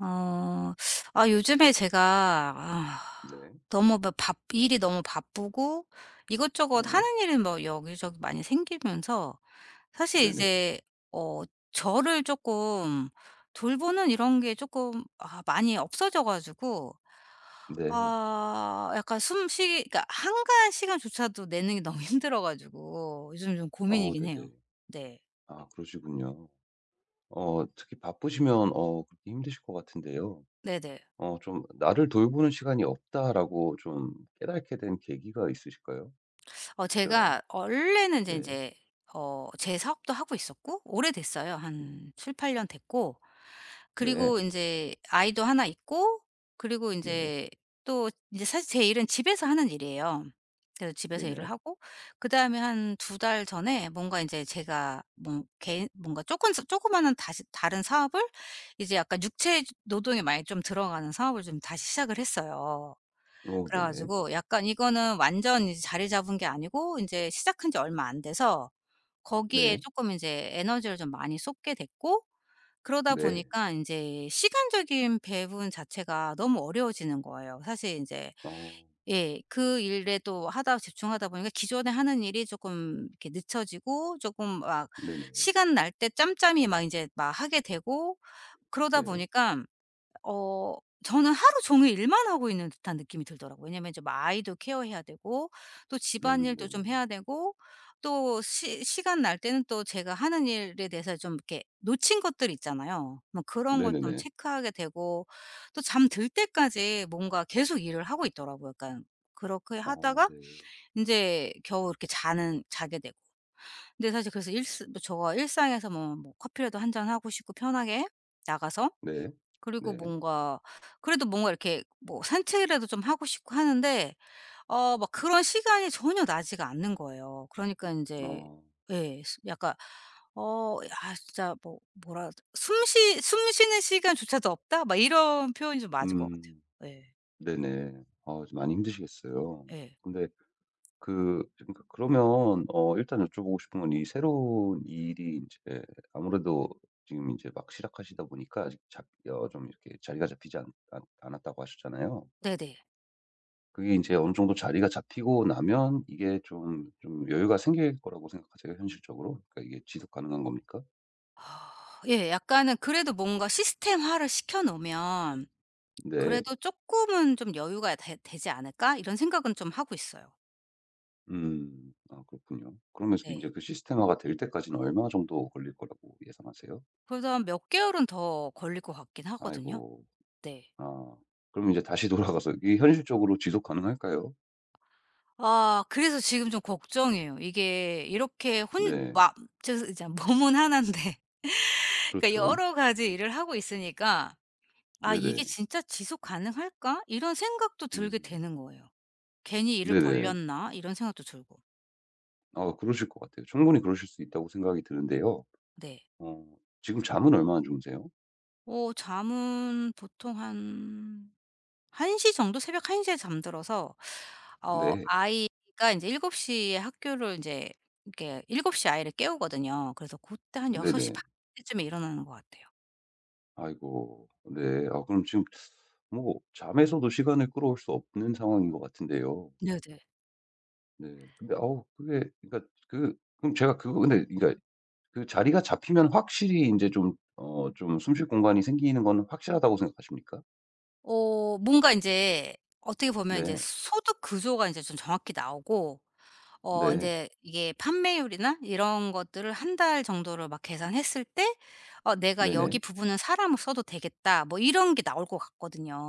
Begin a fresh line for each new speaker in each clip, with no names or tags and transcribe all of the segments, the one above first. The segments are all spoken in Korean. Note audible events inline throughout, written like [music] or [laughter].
어. 요즘에 제가
네.
너무 막 바 일이 너무 바쁘고, 이것저것
네.
하는 일이 뭐 여기저기 많이 생기면서 사실
네네.
이제 어 저를 조금 돌보는 이런 게 조금 많이 없어져 가지고,
네.
약간 숨쉬기, 그러니까 한가한 시간조차도 내는 게 너무 [laughs] 힘들어 가지고 요즘 좀
어
고민이긴
네네.
해요. 네.
아 그러시군요. 어 특히 바쁘시면 어 그렇게 힘드실 것 같은데요.
네네.
어 좀 '나를 돌보는 시간이 없다.'라고 좀 깨닫게 된 계기가 있으실까요? 특별한?
제가 원래는 이제
네.
제어 제 사업도 하고 있었고, 오래됐어요. 한 7-8년 됐고,
네.
그리고 이제 아이도 하나 있고, 그리고 이
네.
제 또 이제 사실 제 일은 집에서 하는 일이에요. 그래서 집에서 일을
네네.
하고, 그다음에 한 2달 전에 뭔가 이제 제가 뭐 개인 뭔가 조금 조그마한 다시 다른 사업을, 이제 약간 육체 노동이 많이 좀 들어가는 사업을 좀 다시 시작을 했어요.
오
그래
네네.
가지고 약간 이거는 완전 이제 자리 잡은 게 아니고, 인제 시작한 지 얼마 안 돼서 거기에
네.
쪼끔 인제 에너지를 좀 많이 쏟게 됐고, 그러다
네.
보니까 인제 시간적인 배분 자체가 너무 어려워지는 거예요. 사실 인제
어
예, 그 일에 또 하다 집중하다 보니까 기존에 하는 일이 쪼끔 이렇게 늦춰지고, 쪼끔 막
네네.
시간 날 때 짬짬이 막 인제 막 하게 되고, 그러다
네.
보니까 어 저는 하루 종일 일만 하고 있는 듯한 느낌이 들더라고요. 왜냐면 이제 막 아이도 케어해야 되고, 또 집안일도 좀
네네.
해야 되고, 또 시 시간 날 때는 또 제가 하는 일에 대해서 좀 이렇게 놓친 것들 있잖아요. 뭐 그런 걸 좀
네네네.
체크하게 되고, 또 잠 들 때까지 뭔가 계속 일을 하고 있더라고요. 그러니까 그렇게
어
하다가
네.
인제 겨우 이렇게 자는 자게 되고. 근데 사실 그래서 일스 뭐 저 일상에서 뭐 커피라도 1잔 하고 싶고, 편하게 나가서,
네.
그리고
네.
뭔가, 그래도 뭔가 이렇게 뭐 산책이라도 좀 하고 싶고 하는데, 막 그런 시간이 전혀 나지가 않는 거예요. 그러니까 인제
어.
예 스 약간, 진짜 뭐 뭐라 "숨쉬 숨 쉬는 시간조차도 없다?" 막 이런 표현이 좀 맞을 것
음.
같아요. 예.
네네. 아 좀 많이 힘드시겠어요.
예.
근데 그 그러니까 그러면 어 일단 여쭤보고 싶은 건 이 새로운 일이 이제 아무래도 지금 이제 막 시작하시다 보니까 아직 잡 어 좀 이렇게 자리가 잡히지 않 않 않았다고 하셨잖아요.
네네.
그게 이제 어느 정도 자리가 잡히고 나면 이게 좀 여유가 생길 거라고 생각하세요, 현실적으로? 그러니까 이게 지속 가능한 겁니까?
아, 예, 약간은 그래도 뭔가 시스템화를 시켜 놓으면,
네.
그래도 '쪼끔은 좀 여유가 되 되지 않을까?' 이런 생각은 좀 하고 있어요.
음. 아 그렇군요. 그러면서 이제
네.
그 시스템화가 될 때까지는 얼마 정도 걸릴 거라고 예상하세요?
그래서 한 몇 개월은 더 걸릴 것 같긴 하거든요.
아이고.
네.
아. 그럼 이제 다시 돌아가서 이게 현실적으로 지속 가능할까요?
아, 그래서 지금 좀 걱정이에요. 이게 이렇게 혼
네.
막 저 이제 몸은 하나인데 [laughs] 그러니까
그렇죠.
여러 가지 일을 하고 있으니까, '아, 이게
네네.
진짜 지속 가능할까?' 이런 생각도 들게
음.
되는 거예요. '괜히 일을
네네.
벌렸나?' 이런 생각도 들고.
아 그러실 것 같아요. 충분히 그러실 수 있다고 생각이 드는데요.
네.
어 지금 잠은 얼마나 주무세요?
잠은 보통 한 1시 정도, 새벽 1 시에 잠들어서,
네.
아이가 인제 7 시에 학교를 인제, 이렇게 7 시에 아이를 깨우거든요. 그래서 고때 한6시
네네.
반 때쯤에 일어나는 것 같아요.
아이고. 네. 아 그럼 지금 뭐 잠에서도 시간을 끌어올 수 없는 상황인 것 같은데요.
네네.
네. 근데 아우 그게 그러니까 그 그럼 제가 그거 근데 그러니까 그 자리가 잡히면 확실히 인제 좀 어 좀 숨쉴 공간이 생기는 건 확실하다고 생각하십니까?
뭔가 인제, 어떻게 보면 인제
네.
소득 구조가 인제 좀 정확히 나오고,
네.
인제 이게 판매율이나 이런 것들을 1달 정도를 막 계산했을 때, '어, 내가
네네.
여기 부분은 사람을 써도 되겠다.' 뭐 이런 게 나올 것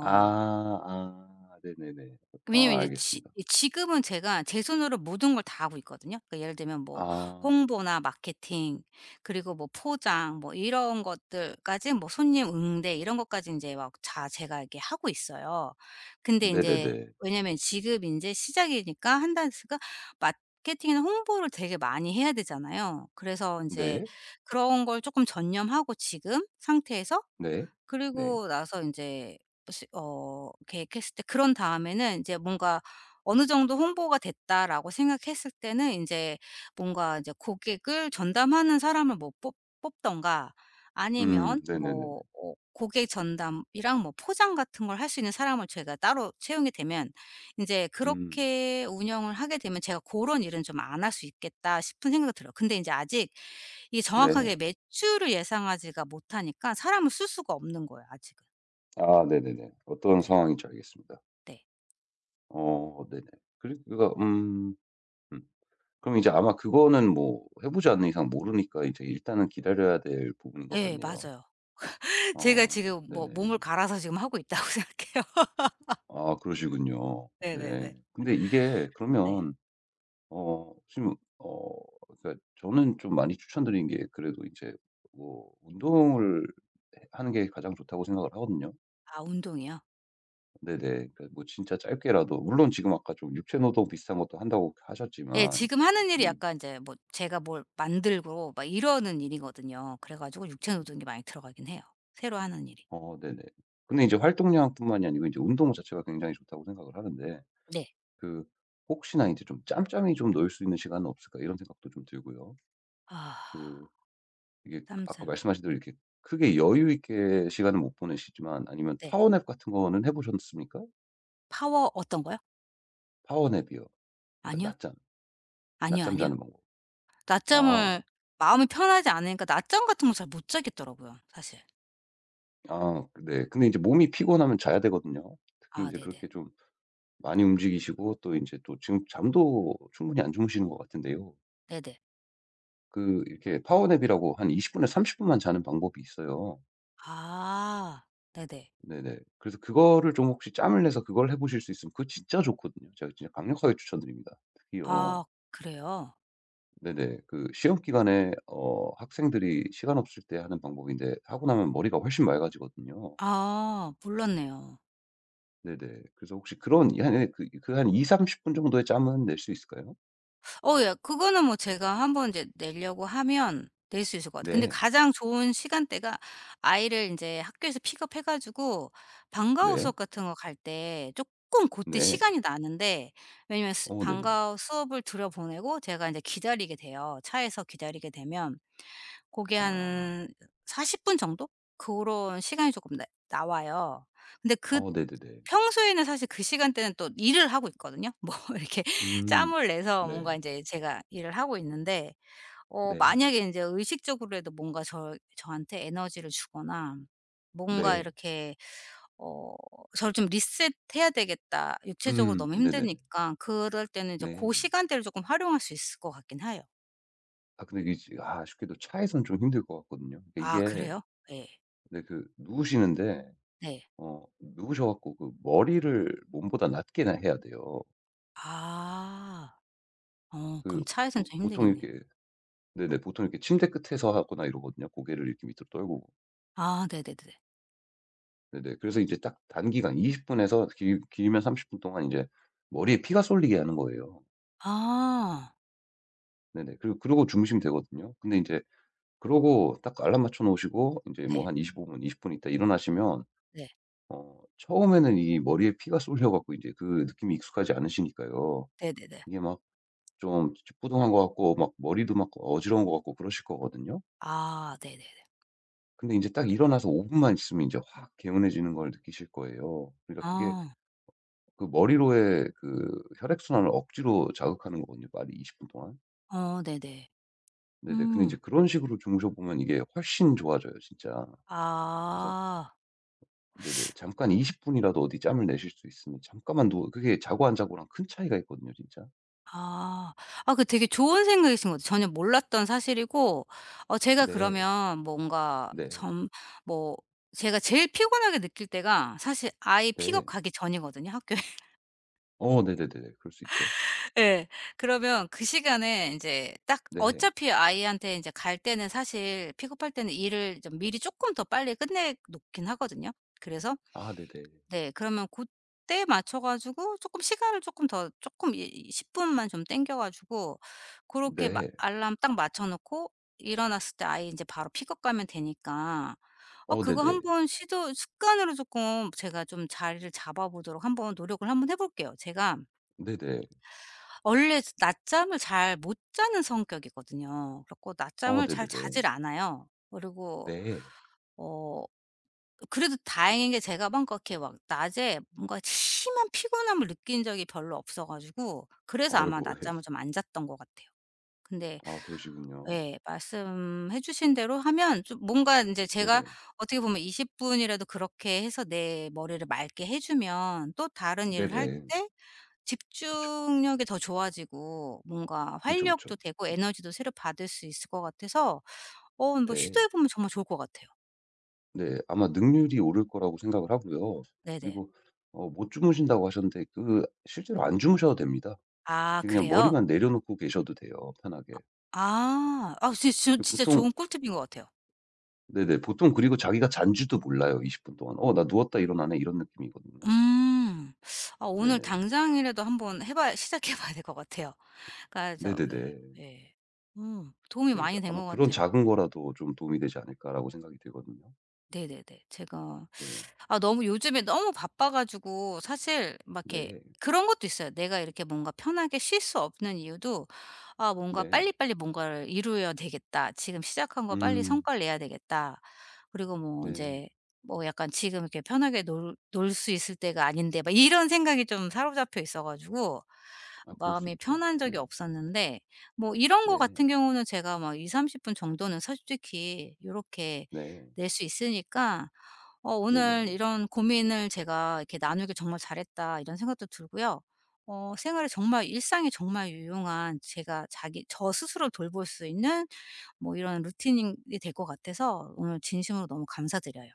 아. 아 네네네. 아
왜냐면 이제 지
알겠습니다.
지금은 제가 제 손으로 모든 걸 다 하고 있거든요. 그러니까 예를 들면 뭐,
아
홍보나 마케팅, 그리고 뭐 포장, 뭐 이런 것들까지, 뭐 손님 응대 이런 것까지 이제 막 다 제가 이렇게 하고 있어요. 근데 이제
네네네.
왜냐면 지금 이제 시작이니까 한다스가 마케팅이나 홍보를 되게 많이 해야 되잖아요. 그래서 이제
네.
그런 걸 조금 전념하고 지금 상태에서,
네. 네.
그리고 나서 인제 시 어 계획했을 때, 그런 다음에는 이제 뭔가 어느 정도 '홍보가 됐다.'라고 생각했을 때는 인제, 뭔가 이제 고객을 전담하는 사람을 뭐 뽑 뽑든가, 아니면
네네네네.
뭐 고객 전담이랑 뭐 포장 같은 걸 할 수 있는 사람을 제가 따로 채용이 되면, 인제
음
그렇게 운영을 하게 되면 제가 '고런 일은 좀 안 할 수 있겠다.' 싶은 생각이 들어요. 근데 인제 아직 이게
네.
정확하게 매출을 예상하지가 못하니까 사람을 쓸 수가 없는 거예요, 아직은.
아 네네네. 어떤
네.
상황인지 알겠습니다.
네.
어 네네. 그러니까 음. 그럼 이제 아마 그거는 뭐 해 보지 않는 이상 모르니까 이제 일단은 기다려야 될 부분인 것
예,
같네요.
맞아요. [laughs] 제가
어
지금 뭐
네네.
몸을 갈아서 지금 하고 있다고 생각해요. [laughs]
아 그러시군요. 네.
네네네.
근데 이게
네.
그러면 어 지금 어 그러니까 저는 좀 많이 추천드리는 게 그래도 이제 뭐 운동을 해 하는 게 가장 좋다고 생각을 하거든요.
아, 운동이요?
네네. 그러니까 뭐 진짜 짧게라도 물론 지금 아까 좀 육체 노동 비슷한 것도 한다고
예,
하셨지만
지금 하는 일이
이
약간 이제 뭐 제가 뭘 만들고 막 이러는 일이거든요. 그래 가지고 육체 노동이 많이 들어가긴 해요, 새로 하는 일이.
어 네네. 근데 이제 활동량뿐만이 아니고 이제 운동 자체가 굉장히 좋다고 생각을 하는데
네.
그 혹시나 이제 좀 '짬짬이 좀 넣을 수 있는 시간은 없을까?' 이런 생각도 좀 들고요. 그
아,
이게 아까
짬짬이.
말씀하신 대로 이렇게 크게 여유 있게 시간을 못 보내시지만 아니면
네.
파워 냅 같은 거는 해 보셨습니까?
파워 어떤 거요?
파워 냅이요. 그러니까
아니요.
낮잠.
아니요,
낮잠
아니요.
자는 방법. 아.
낮잠을, 마음이 편하지 않으니까 낮잠 같은 거 잘 못 자겠더라고요 사실.
아 네. 근데 이제 몸이 피곤하면 자야 되거든요. 특히 이
아,
제
네네.
그렇게 좀 많이 움직이시고 또 이제 또 지금 잠도 충분히 안 주무시는 것 같은데요.
네네.
그 이렇게 파워 냅이라고 한 20 분에서 30 분만 자는 방법이 있어요.
아, 네네.
네네. 그래서 그거를 좀 혹시 짬을 내서 그걸 해 보실 수 있으면 그거 진짜 좋거든요. 제가 진짜 강력하게 추천드립니다. 특히요.
아, 그래요?
네네. 그 시험 기간에 어 학생들이 시간 없을 때 하는 방법인데 하고 나면 머리가 훨씬 맑아지거든요.
아, 몰랐네요.
네네. 그래서 혹시 그런 이한 예, 그그 한2삼3 0분 정도의 짬은 낼 수 있을까요?
예, 그거는 뭐 제가 한번 이제 내려고 하면 낼 수 있을 것 같아요. 근데
네.
가장 좋은 시간대가, 아이를 인제 학교에서 픽업해 가지고 방과후
네.
수업 같은 거 갈 때 쪼끔 고때
네.
시간이 나는데, 왜냐면 스
어 네네.
방과후 수업을 들여보내고 제가 인제 기다리게 돼요. 차에서 기다리게 되면 고게
아.
한 40분 정도? 그런 시간이 조금 나 나와요. 근데 그
어 네네네.
평소에는 사실 그 시간대는 또 일을 하고 있거든요. 뭐 [laughs] 이렇게
음.
짬을 내서
네.
뭔가 이제 제가 일을 하고 있는데,
네.
만약에 이제 의식적으로라도 뭔가 저한테 에너지를 주거나, 뭔가
네.
이렇게 어 '저를 좀 리셋해야 되겠다. 육체적으로
음.
너무
네네.
힘드니까.' 그럴 때는 이제 그
네.
시간대를 조금 활용할 수 있을 것 같긴 해요.
아 근데 이게 지- 아 아쉽게도 차에선 좀 힘들 것 같거든요. 그러니까
아. 아,
이게
그래요? 네.
근데 그 누우시는데
네.
어 누우셔 갖고 그 머리를 몸보다 낮게나 해야 돼요.
아.
그
그럼 차에서는
보
좀
보통
힘들겠네요.
이렇게 네네 보통 이렇게 침대 끝에서 하거나 이러거든요. 고개를 이렇게 밑으로 떨구고.
아, 네네네.
네네. 그래서 이제 딱 단기간 20 분에서 길 길면 30분 동안 이제 머리에 피가 쏠리게 하는 거예요.
아.
네네. 그리고 그러고 주무시면 되거든요. 근데 이제 그러고 딱 알람 맞춰 놓으시고 이제
네.
뭐 한 25 분, 20분 있다 일어나시면
네.
어 처음에는 이 머리에 피가 쏠려 갖고 이제 그 느낌이 익숙하지 않으시니까요.
네네네.
이게 막 좀 찌뿌둥한 것 같고 막 머리도 막 어지러운 것 같고 그러실 거거든요.
아, 네네네.
근데 인제 딱 일어나서 5 분만 있으면 인제 확 개운해지는 걸 느끼실 거예요. 그러니까 그게
아.
그 머리로의 그 혈액순환을 억지로 자극하는 거거든요, 말이 20분 동안.
어, 네네.
네네. 근데 인제
음.
그런 식으로 주무셔 보면 이게 훨씬 좋아져요, 진짜. 그래서
아.
네네. 잠깐 20 분이라도 어디 짬을 내실 수 있으면 잠깐만 누워 그게 자고 안 자고랑 큰 차이가 있거든요, 진짜.
아. 아, 그 되게 좋은 생각이신 것 같아요. 전혀 몰랐던 사실이고, 제가
네.
그러면 뭔가
네.
좀, 뭐 제가 제일 피곤하게 느낄 때가 사실 아이 픽업
네.
가기 전이거든요, 학교.
어 네네네네. 그럴 수 있죠.
예. 그러면 그 시간에 인제 딱
네.
어차피 아이한테 인제 갈 때는, 사실 픽업할 때는 일을 좀 미리 쪼끔 더 빨리 끝내 놓긴 하거든요. 그래서
아 네네.
네, 그러면 고때에 맞춰 가지고 쪼끔 시간을 쪼끔 더 쪼끔 이 10 분만 좀 당겨 가지고 고렇게 마
네.
알람 딱 맞춰 놓고, 일어났을 때 아이 인제 바로 픽업 가면 되니까,
어
그거
네네.
한번 시도 습관으로 쪼끔 제가 좀 자리를 잡아 보도록 한번 노력을 한번 해 볼게요. 제가
네네.
원래 낮잠을 잘 못 자는 성격이거든요. 그래갖고
어
낮잠을 잘
네네네.
자질 않아요. 그리고
네.
어 그래도 다행인 게 제가 막 그렇게 막 낮에 뭔가 심한 피곤함을 느낀 적이 별로 없어 가지고, 그래서 아마
어이고 예.
낮잠을 좀 안 잤던 것 같아요. 근데
아 그러시군요.
예, 말씀해 주신 대로 하면 좀 뭔가 인제 제가,
네네.
어떻게 보면 20 분이라도 그렇게 해서 내 머리를 맑게 해 주면 또 다른 일을 할
네네.
때
그쵸.
집중력이 더 좋아지고, 뭔가
그쵸, 그쵸.
활력도 되고 에너지도 새로 받을 수 있을 것 같아서 뭐
네.
시도해 보면 정말 좋을 것 같아요.
네. 아마 능률이 오를 거라고 생각을 하고요.
네네.
그리고 어 못 주무신다고 하셨는데 그 실제로 안 주무셔도 됩니다.
아,
이렇게 그냥
그래요?
머리만 내려놓고 계셔도 돼요, 편하게.
아. 아, 진 진
그
진짜
보통
좋은 꿀팁인 것 같아요.
네네. 보통 그리고 자기가 잔지도 몰라요, 20분 동안. '어 나 누웠다 일어나네.' 이런 느낌이거든요.
음. 아, 오늘
네네.
당장이라도 한번 해 봐야, 시작해 봐야 될 것 같아요. 그러니까 저
네네네.
예.
네.
예. 음. 도움이
그러니까
많이 된
아마
것
'그런
같아요.
작은 거라도 좀 도움이 되지 않을까.'라고 생각이 들거든요.
네네네. 제가
네.
아, 너무 요즘에 너무 바빠 가지고 사실 막 이렇게,
네.
그런 것도 있어요. 내가 이렇게 뭔가 편하게 쉴 수 없는 이유도, '아, 뭔가
네.
빨리빨리 뭔가를 이루어야 되겠다. 지금 시작한 거 빨리
음.
성과를 내야 되겠다.' 그리고 뭐
네.
인제 뭐 약간 '지금 이렇게 편하게 놀 수 있을 때가 아닌데.' 막 이런 생각이 좀 사로잡혀 있어 가지고
아 그럴 수
마음이
있죠.
편한
네.
적이 없었는데, 뭐 이런 거
네.
같은 경우는 제가 막 20-30분 정도는 솔직히 이렇게
네.
낼 수 있으니까, 오늘
네네.
이런 고민을 제가 이렇게 나누길 정말 잘했다, 이런 생각도 들고요. 생활에 정말, 일상에 정말 유용한, 제가 자기 저 스스로 돌볼 수 있는 뭐 이런 루틴이 될 것 같아서, 오늘 진심으로 너무 감사드려요.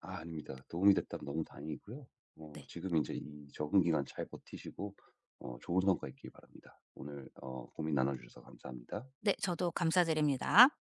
아 아닙니다. 도움이 됐다면 너무 다행이고요. 어
네.
지금 이제 이 적응 기간 잘 버티시고 어 좋은 성과 있길 바랍니다. 오늘 어 고민 나눠 주셔서 감사합니다.
네, 저도 감사드립니다.